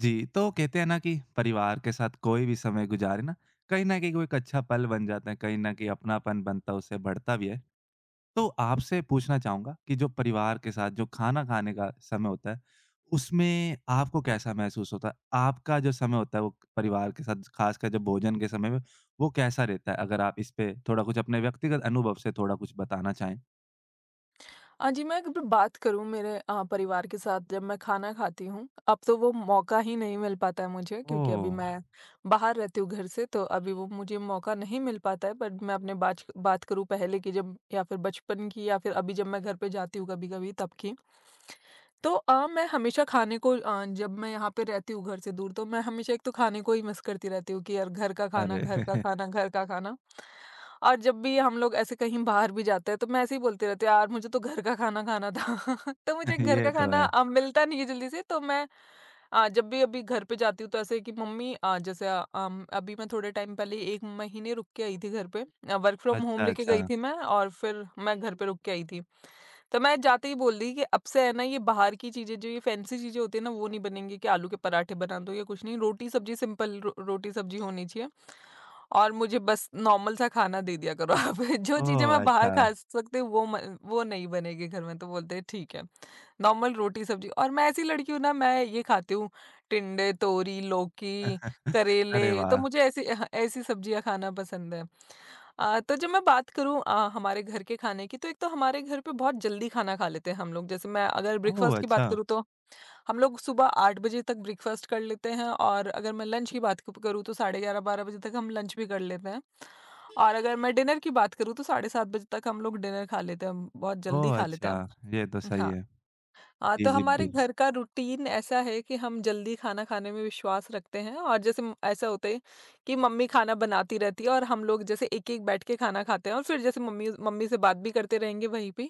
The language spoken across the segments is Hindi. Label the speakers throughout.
Speaker 1: जी, तो कहते हैं ना कि परिवार के साथ कोई भी समय गुजारे ना, कहीं न कहीं वो एक अच्छा पल बन जाता है, कहीं न कहीं अपनापन बनता है, उससे बढ़ता भी है। तो आपसे पूछना चाहूँगा कि जो परिवार के साथ जो खाना खाने का समय होता है, उसमें आपको कैसा महसूस होता है? आपका जो समय होता है, वो परिवार के साथ खासकर जब भोजन के समय में, वो कैसा रहता है? अगर आप इस पे थोड़ा कुछ अपने व्यक्तिगत अनुभव से थोड़ा कुछ बताना चाहें।
Speaker 2: हाँ जी। मैं अगर बात करूँ मेरे परिवार के साथ जब मैं खाना खाती हूँ, अब तो वो मौका ही नहीं मिल पाता है मुझे, क्योंकि अभी
Speaker 1: ओह!
Speaker 2: मैं बाहर रहती हूँ घर से, तो अभी वो मुझे मौका नहीं मिल पाता है। बट मैं अपने बाच बात करूँ पहले की, जब या फिर बचपन की, या फिर अभी जब मैं घर पे जाती हूँ कभी-कभी तब की। तो मैं हमेशा खाने को जब मैं यहाँ पे रहती हूँ घर से दूर, तो मैं हमेशा एक तो खाने को ही मिस करती रहती हूँ कि यार घर का खाना, घर का
Speaker 1: अरे!
Speaker 2: खाना, घर का खाना। और जब भी हम लोग ऐसे कहीं बाहर भी जाते हैं, तो मैं ऐसे ही बोलती रहती हूँ, यार मुझे तो घर का खाना खाना था। तो मुझे घर
Speaker 1: ये
Speaker 2: का
Speaker 1: तो
Speaker 2: खाना
Speaker 1: है।
Speaker 2: मिलता नहीं है जल्दी से, तो मैं जब भी अभी घर पे जाती हूँ तो ऐसे है कि मम्मी, अभी मैं थोड़े टाइम पहले एक महीने रुक के आई थी घर पे। वर्क फ्रॉम होम
Speaker 1: अच्छा,
Speaker 2: लेके गई
Speaker 1: अच्छा।
Speaker 2: थी मैं और फिर मैं घर पे रुक के आई थी। तो मैं जाते ही बोल दी कि अब से है ना, ये बाहर की चीजें जो ये फैंसी चीजें होती है ना, वो नहीं बनेंगी। कि आलू के पराठे बना दो या कुछ नहीं, रोटी सब्जी, सिंपल रोटी सब्जी होनी चाहिए। और मुझे बस नॉर्मल सा खाना दे दिया करो आप। जो चीज़ें
Speaker 1: ओह!
Speaker 2: मैं बाहर
Speaker 1: अच्छा।
Speaker 2: खा सकती हूँ वो म वो नहीं बनेगी घर में, तो बोलते हैं ठीक है। नॉर्मल रोटी-सब्ज़ी, और मैं ऐसी लड़की हूँ ना, मैं ये खाती हूँ टिंडे, तोरी, लौकी,
Speaker 1: अरे
Speaker 2: करेले, तो
Speaker 1: वाह!
Speaker 2: मुझे ऐसी सब्ज़ियाँ खाना पसंद है। तो जब मैं बात करूँ हमारे घर के खाने की, तो एक तो हमारे घर पे बहुत जल्दी खाना खा लेते हैं हम लोग। जैसे मैं अगर
Speaker 1: ओह!
Speaker 2: ब्रेकफ़ास्ट की बात
Speaker 1: अच्छा।
Speaker 2: करूँ, तो हम लोग सुबह 8 बजे तक ब्रेकफ़ास्ट कर लेते हैं। और अगर मैं लंच की बात क करूँ, तो साढ़े 11-12 बजे तक हम लंच भी कर लेते हैं। और अगर मैं डिनर की बात करूँ, तो साढ़े 7 बजे तक हम लोग डिनर खा लेते हैं, बहुत जल्दी
Speaker 1: ओह!
Speaker 2: खा लेते
Speaker 1: अच्छा,
Speaker 2: हैं
Speaker 1: ये तो
Speaker 2: हम।
Speaker 1: सही
Speaker 2: हाँ।
Speaker 1: है। जी,
Speaker 2: तो
Speaker 1: जी,
Speaker 2: हमारे
Speaker 1: बिल्कुल।
Speaker 2: घर का रूटीन ऐसा है कि हम जल्दी खाना खाने में विश्वास रखते हैं। और जैसे म ऐसा होता है कि मम्मी खाना बनाती रहती है और हम लोग जैसे एक-एक बैठ के खाना खाते हैं, और फिर जैसे मम्मी मम्मी से बात भी करते रहेंगे वहीं पे।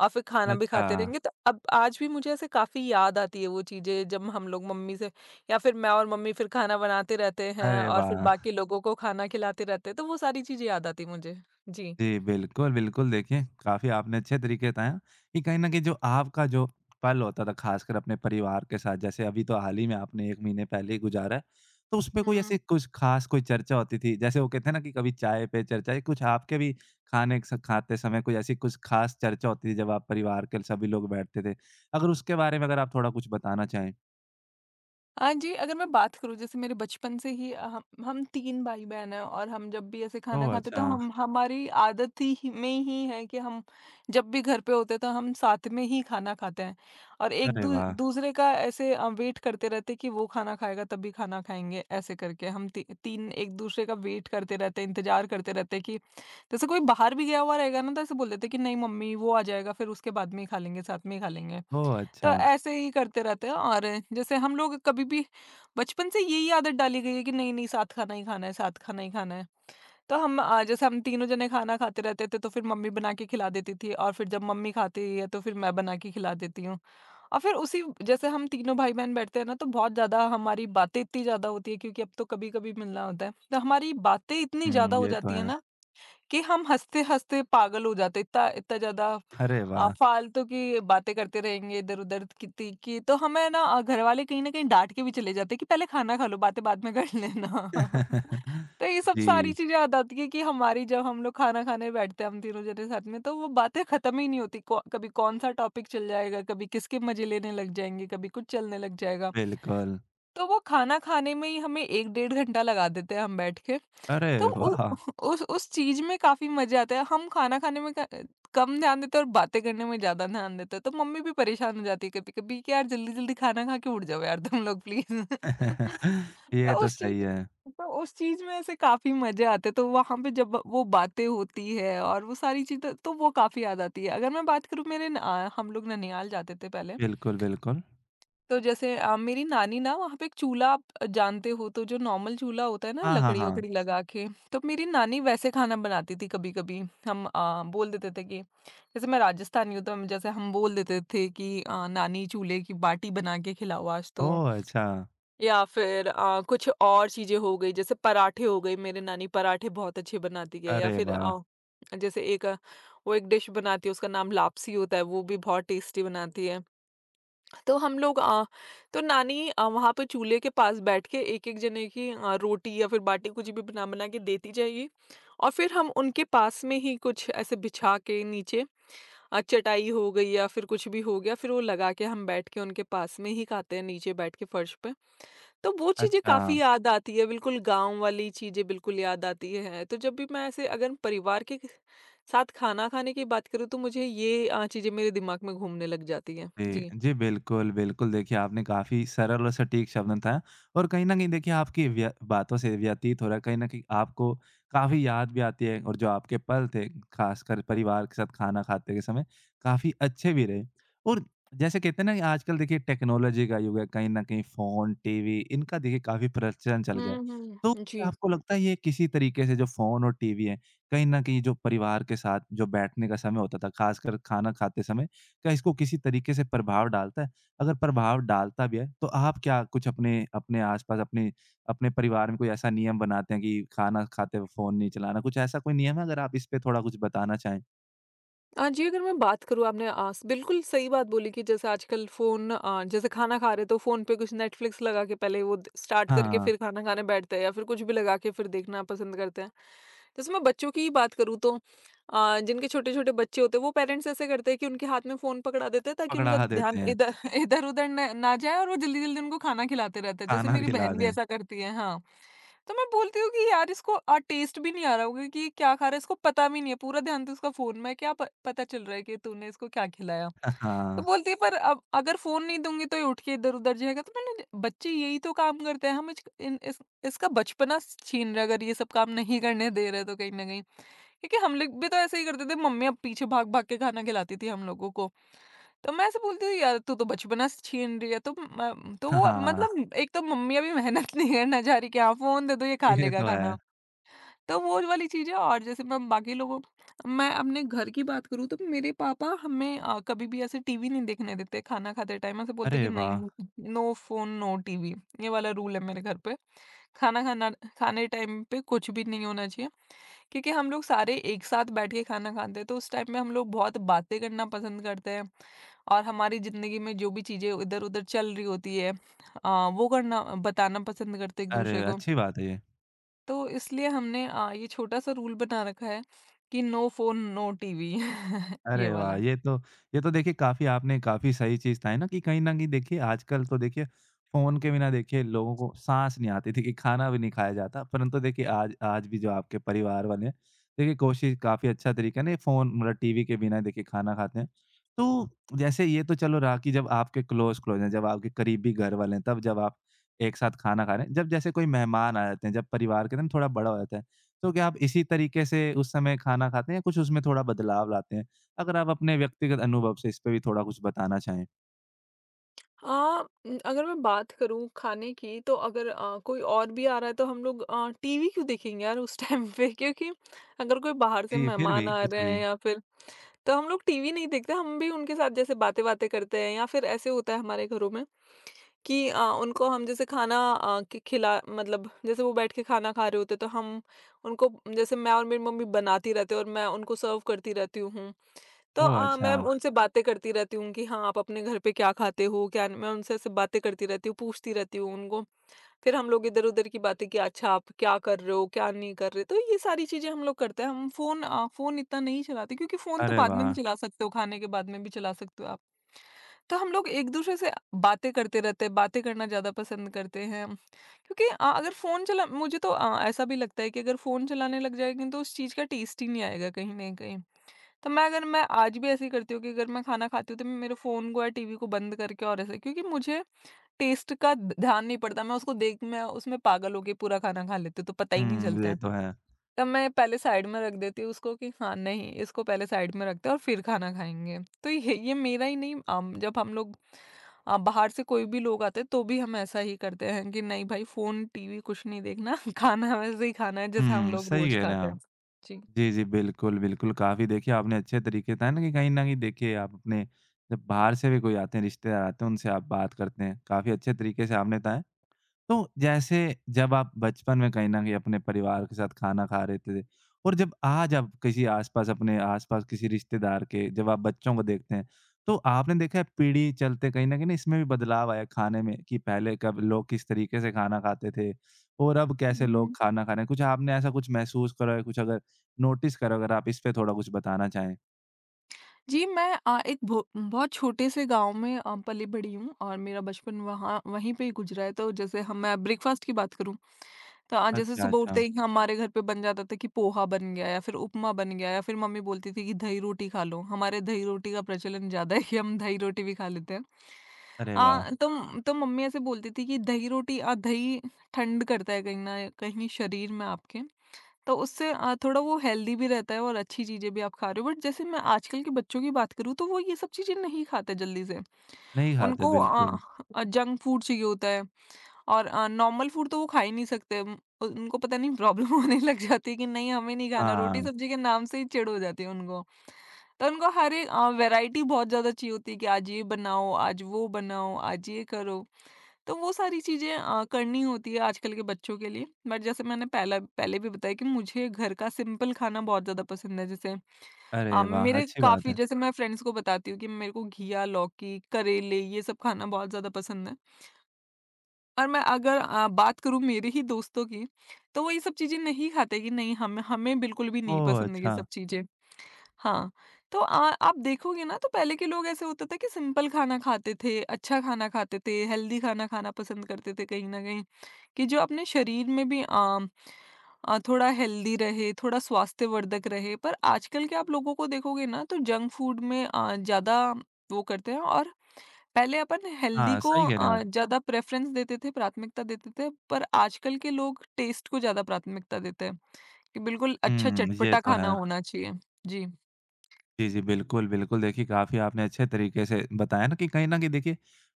Speaker 2: और फिर खाना भी
Speaker 1: अच्छा,
Speaker 2: खाते रहेंगे। तो अब आज भी मुझे ऐसे काफ़ी याद आती है वो चीज़ें, जब हम लोग मम्मी से या फिर मैं और मम्मी फिर खाना बनाते रहते हैं
Speaker 1: अरे
Speaker 2: और फिर
Speaker 1: वाह!
Speaker 2: बाकी लोगों को खाना खिलाते रहते हैं, तो वो सारी चीज़ें याद आती मुझे। जी।
Speaker 1: जी, बिल्कुल, बिल्कुल। देखिए, काफ़ी आपने अच्छे तरीके बताया कि कहीं न कहीं जो आपका जो पल होता था, ख़ासकर अपने परिवार के साथ, जैसे अभी तो हाल ही में आपने 1 महीने पहले ही गुज़ारा है, तो उसपे कोई ऐसी
Speaker 2: हुँ।
Speaker 1: कुछ ख़ास कोई चर्चा होती थी? जैसे वो कहते हैं ना कि कभी चाय पे चर्चा, या कुछ आपके भी खाने स खाते समय कोई ऐसी कुछ ख़ास चर्चा होती थी, जब आप परिवार के सभी लोग बैठते थे? अगर उसके बारे में अगर आप थोड़ा कुछ बताना चाहें?
Speaker 2: हाँ जी, अगर मैं बात करूँ जैसे मेरे बचपन से ही, हम 3 भाई-बहन हैं और हम जब भी ऐसे खाना
Speaker 1: ओह!
Speaker 2: खाते, तो
Speaker 1: अच्छा।
Speaker 2: हम हमारी आदत ही में ही है कि हम जब भी घर पे होते तो हम साथ में ही खाना खाते हैं। और एक
Speaker 1: अरे
Speaker 2: दू
Speaker 1: वाह!
Speaker 2: दूसरे का ऐसे वेट करते रहते हैं, कि वो खाना खाएगा तभी खाना खाएँगे। ऐसे करके हम ती 3 एक-दूसरे का वेट करते रहते हैं, इंतज़ार करते रहते हैं कि जैसे कोई बाहर भी गया हुआ रहेगा ना, तो ऐसे बोल देते हैं कि नहीं मम्मी, वो आ जाएगा फिर उसके बाद में ही खा लेंगे, साथ में ही खा लेंगे।
Speaker 1: ओह!
Speaker 2: तो
Speaker 1: अच्छा।
Speaker 2: ऐसे ही करते रहते हैं। और जैसे हम लोग कभी भी बचपन से यही आदत डाली गई है कि नहीं नहीं, साथ खाना ही खाना है, साथ खाना ही खाना है। तो हम जैसे हम तीनों जने खाना खाते रहते थे, तो फिर मम्मी बना के खिला देती थी और फिर जब मम्मी खाती है, तो फिर मैं बना के खिला देती हूँ। और फिर उसी, जैसे हम तीनों भाई बहन बैठते हैं ना, तो बहुत ज्यादा हमारी बातें इतनी ज्यादा होती है, क्योंकि अब तो कभी कभी मिलना होता है, तो हमारी बातें इतनी
Speaker 1: हुँ,
Speaker 2: ज्यादा हो
Speaker 1: ये तो
Speaker 2: जाती है
Speaker 1: है।
Speaker 2: ना, कि हम हँसते-हँसते पागल हो जाते हैं, इतना इतना ज़्यादा
Speaker 1: अरे वाह!
Speaker 2: फालतू की बातें करते रहेंगे इधर-उधर, कितनी की। तो हमें ना घरवाले कहीं न कहीं डाँट के भी चले जाते हैं कि पहले खाना खा लो, बातें बाद में कर लेना। तो ये सब सारी
Speaker 1: जी,
Speaker 2: चीज़ें याद आती है कि हमारी, जब हम लोग खाना खाने बैठते हैं, हम तीनों जने साथ में, तो वो बातें खत्म ही नहीं होती। कौ कभी कौन-सा टॉपिक चल जाएगा, कभी किसके मज़े लेने लग जाएँगे, कभी कुछ चलने लग जाएगा।
Speaker 1: बिल्कुल।
Speaker 2: तो वो खाना खाने में ही हमें 1 डेढ़ घंटा लगा देते हैं हम बैठ के।
Speaker 1: अरे
Speaker 2: तो उ
Speaker 1: वाह!
Speaker 2: उस चीज़ में काफ़ी मज़े आते हैं। हम खाना खाने में क कम ध्यान देते हैं और बातें करने में ज़्यादा ध्यान देते हैं। तो मम्मी भी परेशान हो जाती है कभी-कभी, कि यार जल्दी-जल्दी खाना खा के उठ जाओ यार तुम लोग प्लीज़। तो
Speaker 1: ये तो
Speaker 2: उस चीज़
Speaker 1: सही है।
Speaker 2: तो उस चीज़ में ऐसे काफ़ी मज़े आते हैं। तो वहाँ पे जब वो बातें होती है और वो सारी चीज़ें, तो वो काफ़ी याद आती है। अगर मैं बात करूँ मेरे न अ, हम लोग ननिहाल जाते थे पहले।
Speaker 1: बिल्कुल, बिल्कुल।
Speaker 2: तो जैसे मेरी नानी ना वहाँ पे एक चूल्हा, आप जानते हो तो जो नॉर्मल चूल्हा होता है ना
Speaker 1: हाँ, हाँ,
Speaker 2: लकड़ी
Speaker 1: हाँ।
Speaker 2: वकड़ी लगा के, तो मेरी नानी वैसे खाना बनाती थी कभी कभी। हम बोल देते थे कि जैसे मैं राजस्थानी हूँ, तो हम जैसे हम बोल देते थे कि नानी चूल्हे की बाटी बना के खिलाओ आज। तो
Speaker 1: ओह! अच्छा।
Speaker 2: या फिर कुछ और चीजें हो गई, जैसे पराठे हो गए। मेरे नानी पराठे बहुत अच्छे बनाती है। या
Speaker 1: अरे
Speaker 2: फिर
Speaker 1: वाह!
Speaker 2: जैसे एक अ, वो एक डिश बनाती है, उसका नाम लापसी होता है, वो भी बहुत टेस्टी बनाती है। तो हम लोग अ, तो नानी वहाँ पे चूल्हे के पास बैठ के एक-एक जने की रोटी या फिर बाटी कुछ भी बना-बना के देती जाएगी। और फिर हम उनके पास में ही कुछ ऐसे बिछा के नीचे, चटाई हो गई या फिर कुछ भी हो गया, फिर वो लगा के हम बैठ के उनके पास में ही खाते हैं नीचे बैठ के फर्श पे। तो वो चीज़ें
Speaker 1: अच्छा।
Speaker 2: काफ़ी याद आती है, बिल्कुल गाँव वाली चीज़ें बिल्कुल याद आती हैं। तो जब भी मैं ऐसे अगर परिवार के साथ खाना खाने की बात करूँ, तो मुझे ये चीज़ें मेरे दिमाग में घूमने लग जाती हैं।
Speaker 1: जी,
Speaker 2: जी।
Speaker 1: जी, बिल्कुल, बिल्कुल। देखिए, आपने काफ़ी सरल और सटीक शब्दों में बताया और कहीं न कहीं देखिए आपकी व्य बातों से व्यतीत हो रहा है, कहीं न कहीं आपको काफ़ी याद भी आती है और जो आपके पल थे, ख़ासकर परिवार के साथ खाना खाते के समय, काफ़ी अच्छे भी रहे। और जैसे कहते हैं ना कि आजकल देखिए टेक्नोलॉजी का युग है, कहीं न कहीं फ़ोन, टीवी इनका देखिए काफ़ी प्रचलन चल गया
Speaker 2: हुँ,
Speaker 1: है। तो
Speaker 2: हुँ।
Speaker 1: क्या
Speaker 2: जी।
Speaker 1: आपको लगता है ये किसी तरीके से जो फ़ोन और टीवी है, कहीं न कहीं जो परिवार के साथ जो बैठने का समय होता था, ख़ासकर खाना खाते समय क्या इसको किसी तरीके से प्रभाव डालता है? अगर प्रभाव डालता भी है, तो आप क्या कुछ अपने अपने आस-पास अपने अपने परिवार में कोई ऐसा नियम बनाते हैं कि खाना खाते हुए फ़ोन नहीं चलाना? कुछ ऐसा कोई नियम है? अगर आप इस पे थोड़ा कुछ बताना चाहें।
Speaker 2: जी, अगर मैं बात करूँ, आपने आस बिल्कुल सही बात बोली कि जैसे आजकल फ़ोन, जैसे खाना खा रहे, तो फ़ोन पे कुछ नेटफ्लिक्स लगा के पहले वो द स्टार्ट करके
Speaker 1: हाँ,
Speaker 2: फिर खाना खाने बैठते हैं, या फिर कुछ भी लगा के फिर देखना पसंद करते हैं। जैसे मैं बच्चों की ही बात करूँ, तो जिनके छोटे-छोटे बच्चे होते हैं वो पेरेंट्स ऐसे करते हैं कि उनके हाथ में फ़ोन पकड़ा देते हैं ताकि उनका
Speaker 1: पकड़ा
Speaker 2: ध्यान
Speaker 1: देते हैं,
Speaker 2: इधर इधर-उधर न ना जाए और वो जल्दी-जल्दी उनको खाना खिलाते रहते हैं। जैसे
Speaker 1: खाना
Speaker 2: मेरी
Speaker 1: खिला
Speaker 2: बहन भी
Speaker 1: दें।
Speaker 2: ऐसा करती है। हाँ। तो मैं बोलती हूँ कि यार इसको टेस्ट भी नहीं आ रहा होगा कि क्या खा रहा है, इसको पता भी नहीं है, पूरा ध्यान तो उसका फ़ोन में है, क्या प पता चल रहा है कि तूने इसको क्या खिलाया? तो
Speaker 1: हाँ,
Speaker 2: बोलती है पर अब अगर फ़ोन नहीं दूँगी तो ये उठ के इधर-उधर जाएगा, तो मैंने बच्चे यही तो काम करते हैं, हम इच इन इस इसका बचपना स छीन रहे हैं, अगर ये सब काम नहीं करने दे रहे तो कहीं न कहीं। क्योंकि हम लोग भी तो ऐसे ही करते थे, मम्मी अब पीछे भाग-भाग के खाना खिलाती थी हम लोगों को। तो मैं ऐसे बोलती हूँ यार तू तो बचपना से छीन रही है तो तो वो
Speaker 1: हाँ,
Speaker 2: मतलब एक तो मम्मी अभी मेहनत नहीं करना चाह रही कि हाँ फोन दे दो ये खा
Speaker 1: ये
Speaker 2: लेगा
Speaker 1: तो है।
Speaker 2: खाना। तो वो वाली चीज है। और जैसे मैं बाकी लोगों मैं अपने घर की बात करूँ तो मेरे पापा हमें कभी भी ऐसे टीवी नहीं देखने देते खाना खाते टाइम ऐसे बोलते
Speaker 1: अरे
Speaker 2: कि
Speaker 1: वाह!
Speaker 2: नहीं, नो फोन नो टीवी। ये वाला रूल है मेरे घर पे। खाना खाना खाने टाइम पे कुछ भी नहीं होना चाहिए। क्योंकि हम लोग सारे एक साथ बैठ के खाना खाते हैं तो उस टाइम में हम लोग बहुत बातें करना पसंद करते हैं। और हमारी जिंदगी में जो भी चीजें इधर उधर चल रही होती है वो करना बताना पसंद करते एक दूसरे
Speaker 1: अरे,
Speaker 2: को।
Speaker 1: अच्छी बात है ये।
Speaker 2: तो इसलिए हमने ये छोटा सा रूल बना रखा है कि नो फोन नो टीवी ये
Speaker 1: अरे वाह!
Speaker 2: वाला।
Speaker 1: ये तो देखिए काफ़ी आपने काफ़ी सही चीज़ बताई ना कि कहीं न कहीं देखिए आजकल तो देखिए फ़ोन के बिना देखिए लोगों को साँस नहीं आती थी कि खाना भी नहीं खाया जाता। परंतु देखिए आज आज भी जो आपके परिवार वाले हैं, देखिए कोशिश काफ़ी अच्छा तरीका है ना ये फ़ोन मतलब टीवी के बिना देखिए खाना खाते हैं। तो जैसे ये तो चलो रहा कि जब आपके क्लोज़ क्लोज़ हैं, जब आपके करीबी घर वाले हैं, तब जब आप एक साथ खाना खा रहे हैं। जब जैसे कोई मेहमान आ जाते हैं, जब परिवार कहते हैं ना थोड़ा बड़ा हो जाता है, तो क्या आप इसी तरीके से उस समय खाना खाते हैं या कुछ उसमें थोड़ा बदलाव लाते हैं? अगर आप अपने व्यक्तिगत अनुभव से इस पे भी थोड़ा कुछ बताना चाहें?
Speaker 2: अगर मैं बात करूँ खाने की तो अगर कोई और भी आ रहा है तो हम लोग टीवी क्यों देखेंगे यार उस टाइम पे क्योंकि अगर कोई बाहर से
Speaker 1: जी, फिर
Speaker 2: मेहमान
Speaker 1: भी,
Speaker 2: आ
Speaker 1: कुछ
Speaker 2: रहे
Speaker 1: भी।
Speaker 2: हैं या फिर तो हम लोग टीवी नहीं देखते, हम भी उनके साथ जैसे बातें-वातें करते हैं या फिर ऐसे होता है हमारे घरों में कि उनको हम जैसे खाना अ, खि खिला मतलब जैसे वो बैठ के खाना खा रहे होते हैं, तो हम उनको जैसे मैं और मेरी मम्मी बनाती रहते हैं और मैं उनको सर्व करती रहती हूँ। तो
Speaker 1: ओह! अच्छा।
Speaker 2: मैं उनसे बातें करती रहती हूँ कि हाँ, आप अपने घर पे क्या खाते हो, क्या न मैं उनसे ऐसे बातें करती रहती हूँ, पूछती रहती हूँ उनको। फिर हम लोग इधर-उधर की बातें कि अच्छा आप क्या कर रहे हो, क्या नहीं कर रहे? तो ये सारी चीज़ें हम लोग करते हैं। हम फ़ोन इतना नहीं चलाते क्योंकि फ़ोन तो
Speaker 1: अरे
Speaker 2: बाद में भी
Speaker 1: वाह!
Speaker 2: चला सकते हो, खाने के बाद में भी चला सकते हो आप। तो हम लोग एक-दूसरे से बातें करते रहते हैं, बातें करना ज़्यादा पसंद करते हैं। क्योंकि अगर फ़ोन चला मुझे तो ऐसा भी लगता है कि अगर फ़ोन चलाने लग जाएँगे तो उस चीज़ का टेस्ट ही नहीं आएगा कहीं न कहीं। तो मैं अगर मैं आज भी ऐसे ही करती हूँ कि अगर मैं खाना खाती हूँ तो मैं मेरे फ़ोन को या टीवी को बंद करके और ऐसे क्योंकि मुझे टेस्ट का ध ध्यान नहीं पड़ता, मैं उसको देख मैं उसमें पागल होके पूरा खाना खा लेती हूँ, तो पता ही नहीं
Speaker 1: हुँ,
Speaker 2: चलता
Speaker 1: ये
Speaker 2: है।
Speaker 1: तो है।
Speaker 2: तब मैं पहले साइड में रख देती हूँ उसको कि हाँ, नहीं इसको पहले साइड में रखते हैं और फिर खाना खाएँगे। तो ये मेरा ही नहीं जब हम लोग बाहर से कोई भी लोग आते हैं तो भी हम ऐसा ही करते हैं कि नहीं भाई फ़ोन, टीवी कुछ नहीं देखना, खाना वैसे ही खाना है जैसे हम
Speaker 1: हुँ,
Speaker 2: लोग
Speaker 1: सही
Speaker 2: रोज़
Speaker 1: कह रहे हैं
Speaker 2: खाते हैं।
Speaker 1: आप। जी, जी, बिल्कुल, बिल्कुल। काफ़ी देखिए आपने अच्छे तरीके से है ना कि कहीं न कहीं देखिए आप अपने जब बाहर से भी कोई आते हैं, रिश्तेदार आते हैं, उनसे आप बात करते हैं। काफ़ी अच्छे तरीके से आपने बताया। तो जैसे जब आप बचपन में कहीं न कहीं अपने परिवार के साथ खाना खा रहे थे और जब आज आप किसी आस-पास अपने आस-पास किसी रिश्तेदार के जब आप बच्चों को देखते हैं, तो आपने देखा है पीढ़ी चलते कहीं न कहीं ना इसमें भी बदलाव आया खाने में कि पहले कब लोग किस तरीके से खाना खाते थे और अब कैसे लोग
Speaker 2: जी।
Speaker 1: खाना खा रहे हैं? कुछ आपने ऐसा कुछ महसूस करा है, कुछ अगर नोटिस करा हो, अगर आप इस पे थोड़ा कुछ बताना चाहें?
Speaker 2: जी, मैं एक भो बहुत छोटे से गाँव में पली-बड़ी हूँ और मेरा बचपन वहाँ वहीं पे ही गुज़रा है। तो जैसे हम मैं ब्रेकफ़ास्ट की बात करूँ, तो जैसे
Speaker 1: अच्छा,
Speaker 2: सुबह उठते
Speaker 1: अच्छा।
Speaker 2: ही हमारे घर पे बन जाता था कि पोहा बन गया या फिर उपमा बन गया या फिर मम्मी बोलती थी कि दही रोटी खा लो। हमारे दही रोटी का प्रचलन ज़्यादा है कि हम दही रोटी भी खा लेते हैं।
Speaker 1: अरे वाह!
Speaker 2: तो मम्मी ऐसे बोलती थी कि दही रोटी दही ठंड करता है कहीं न कहीं शरीर में आपके। तो उससे थोड़ा वो हेल्दी भी रहता है और अच्छी चीज़ें भी आप खा रहे हो। बट जैसे मैं आजकल के बच्चों की बात करूँ तो वो ये सब चीज़ें नहीं खाते जल्दी से।
Speaker 1: नहीं खाते
Speaker 2: उनको अ
Speaker 1: बिल्कुल।
Speaker 2: जंक फूड चाहिए होता है और नॉर्मल फूड तो वो खा ही नहीं सकते। उम, उ उनको पता नहीं प्रॉब्लम होने लग जाती है कि नहीं हमें नहीं खाना,
Speaker 1: हाँ,
Speaker 2: रोटी-सब्जी के नाम से ही चिढ़ हो जाती है उनको। तो उनको हर एक वैरायटी बहुत ज़्यादा चाहिए होती है कि आज ये बनाओ, आज वो बनाओ, आज ये करो। तो वो सारी चीज़ें करनी होती है आजकल के बच्चों के लिए। बट जैसे मैंने पहला पहले भी बताया कि मुझे घर का सिंपल खाना बहुत ज़्यादा पसंद है। जैसे
Speaker 1: अरे वाह!
Speaker 2: मेरे
Speaker 1: अच्छी बात
Speaker 2: काफ़ी
Speaker 1: है।
Speaker 2: जैसे मैं फ्रेंड्स को बताती हूँ कि मेरे को घिया, लौकी, करेले ये सब खाना बहुत ज़्यादा पसंद है। और मैं अगर बात करूँ मेरे ही दोस्तों की, तो वो ये सब चीज़ें नहीं खाते कि नहीं हमें हमें बिल्कुल भी नहीं
Speaker 1: ओह!
Speaker 2: पसंद है ये
Speaker 1: अच्छा।
Speaker 2: सब चीज़ें। हाँ, तो आप देखोगे ना तो पहले के लोग ऐसे होता था कि सिंपल खाना खाते थे, अच्छा खाना खाते थे, हेल्दी खाना खाना पसंद करते थे कहीं न कहीं, कि जो अपने शरीर में भी थोड़ा हेल्दी रहे, थोड़ा स्वास्थ्यवर्धक रहे। पर आजकल के आप लोगों को देखोगे ना तो जंक फूड में ज़्यादा वो करते हैं और पहले अपन हेल्दी
Speaker 1: हाँ,
Speaker 2: को
Speaker 1: सही कह रहे हैं आप।
Speaker 2: ज़्यादा प्रेफ़रेंस देते थे, प्राथमिकता देते थे, पर आजकल के लोग टेस्ट को ज़्यादा प्राथमिकता देते हैं, कि बिल्कुल अच्छा
Speaker 1: हुँ, ये
Speaker 2: चटपटा
Speaker 1: तो
Speaker 2: खाना
Speaker 1: है।
Speaker 2: होना चाहिए। जी।
Speaker 1: जी, जी, बिल्कुल, बिल्कुल। देखिए, काफ़ी आपने अच्छे तरीके से बताया ना कि कहीं न कहीं देखिए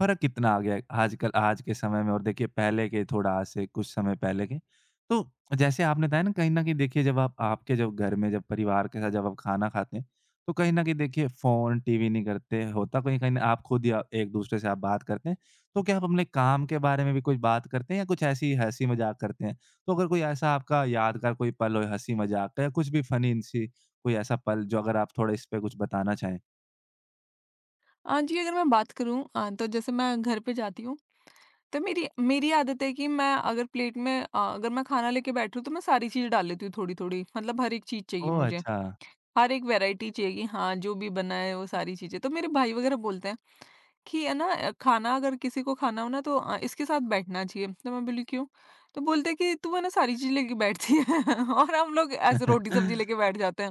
Speaker 1: फ़र्क कितना आ गया है आजकल आज के समय में और देखिए पहले के थोड़ा आज से कुछ समय पहले के। तो जैसे आपने बताया ना कहीं न कहीं देखिए जब आप आपके जब घर में जब परिवार के साथ जब आप खाना खाते हैं, तो कहीं न कहीं देखिए फ़ोन, टीवी नहीं करते, होता कहीं कहीं ना आप खुद या एक-दूसरे से आप बात करते हैं। तो क्या आप अपने काम के बारे में भी कुछ बात करते हैं या कुछ ऐसे ही हँसी-मज़ाक करते हैं? तो अगर कोई ऐसा आपका यादगार कोई पल हो हँसी-मज़ाक का या कुछ भी फ़नी सी कोई ऐसा पल जो अगर आप थोड़ा इस पे कुछ बताना चाहें?
Speaker 2: हाँ जी, अगर मैं बात करूँ तो जैसे मैं घर पे जाती हूँ, तो मेरी मेरी आदत है कि मैं अगर प्लेट में अगर मैं खाना लेके बैठ रही हूँ, तो मैं सारी चीज़ डाल लेती हूँ थोड़ी-थोड़ी। मतलब हर एक चीज़ चाहिए
Speaker 1: ओह!
Speaker 2: मुझे,
Speaker 1: अच्छा।
Speaker 2: हर एक वैरायटी चाहिए हाँ, जो भी बना है वो सारी चीज़ें। तो मेरे भाई वगैरह बोलते हैं कि है ना खाना अगर किसी को खाना हो ना तो इसके साथ बैठना चाहिए। तो मैं बोली क्यों? तो बोलते हैं कि तू है ना सारी चीज़ लेके बैठती है और हम लोग ऐसे रोटी सब्ज़ी लेके बैठ जाते हैं।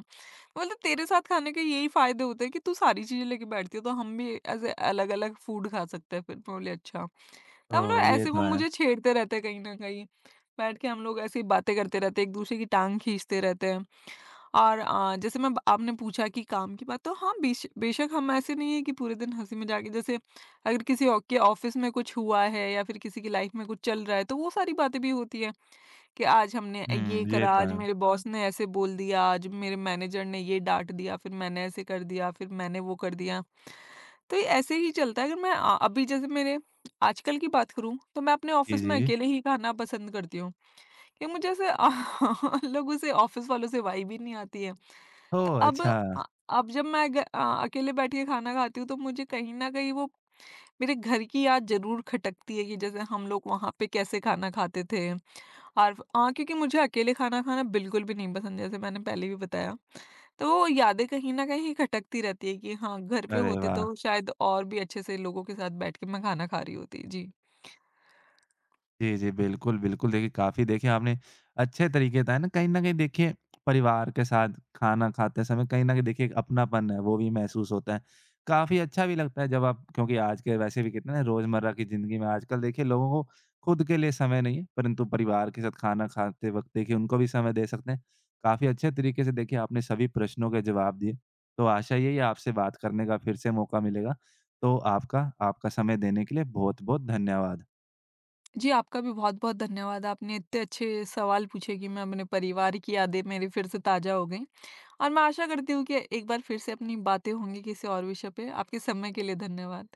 Speaker 2: मतलब तेरे साथ खाने के यही फ़ायदे होते हैं कि तू सारी चीज़ें लेके बैठती है, तो हम भी ऐसे अलग-अलग फ़ूड खा सकते हैं फिर। मैं बोली अच्छा। तो हम लोग
Speaker 1: ओह! ये
Speaker 2: ऐसे
Speaker 1: तो
Speaker 2: वो
Speaker 1: है।
Speaker 2: मुझे छेड़ते रहते हैं कहीं न कहीं। बैठ के हम लोग ऐसे ही बातें करते रहते हैं, एक-दूसरे की टाँग खींचते रहते हैं। और जैसे मैं आपने पूछा कि काम की बात, तो हाँ, बेशक हम ऐसे नहीं है कि पूरे दिन हँसी मज़ाक ही जैसे अगर किसी ओ के ऑफ़िस में कुछ हुआ है या फिर किसी की लाइफ़ में कुछ चल रहा है, तो वो सारी बातें भी होती हैं। कि आज हमने ये
Speaker 1: हुँ, ये
Speaker 2: करा,
Speaker 1: तो
Speaker 2: आज मेरे
Speaker 1: है।
Speaker 2: बॉस ने ऐसे बोल दिया, आज मेरे मैनेजर ने ये डाँट दिया, फिर मैंने ऐसे कर दिया, फिर मैंने वो कर दिया। तो ये ऐसे ही चलता है अगर मैं अभी जैसे मेरे आजकल की बात करूँ, तो मैं अपने
Speaker 1: जी,
Speaker 2: ऑफ़िस में
Speaker 1: जी।
Speaker 2: अकेले ही खाना पसंद करती हूँ कि मुझे ऐसे लोगों से ऑफ़िस वालों से वाइब ही नहीं आती है। तो
Speaker 1: ओह! अच्छा।
Speaker 2: अ, अब जब मैं अकेले बैठ के खाना खाती हूँ, तो मुझे कहीं न कहीं वो मेरे घर की याद ज़रूर खटकती है कि जैसे हम लोग वहाँ पे कैसे खाना खाते थे। और हाँ, क्योंकि मुझे अकेले खाना खाना बिल्कुल भी नहीं पसंद, जैसे मैंने पहले भी बताया। तो वो यादें कहीं न कहीं खटकती रहती है कि हाँ, घर पे
Speaker 1: अरे
Speaker 2: होते
Speaker 1: वाह!
Speaker 2: तो शायद और भी अच्छे से लोगों के साथ बैठ के मैं खाना खा रही होती। जी।
Speaker 1: जी, जी। बिल्कुल, बिल्कुल। देखिए, काफ़ी देखिए आपने अच्छे तरीके बताए ना, कहीं न कहीं देखिए परिवार के साथ खाना खाते समय कहीं न कहीं देखिए एक अपनापन है, वो भी महसूस होता है। काफ़ी अच्छा भी लगता है जब आप क्योंकि आज के वैसे भी कितने रोज़मर्रा की ज़िंदगी में आजकल देखिए लोगों को खुद के लिए समय नहीं है, परंतु परिवार के साथ खाना खाते वक़्त देखिए उनको भी समय दे सकते हैं। काफ़ी अच्छे तरीके से देखिए आपने सभी प्रश्नों के जवाब दिए, तो आशा यही है आपसे बात करने का फिर से मौका मिलेगा। तो आपका आपका समय देने के लिए बहुत-बहुत धन्यवाद।
Speaker 2: जी, आपका भी बहुत-बहुत धन्यवाद। आपने इतने अच्छे सवाल पूछे कि मैं अपने परिवार की यादें मेरी फिर से ताज़ा हो गईं और मैं आशा करती हूँ कि एक बार फिर से अपनी बातें होंगी किसी और विषय पे। आपके समय के लिए धन्यवाद।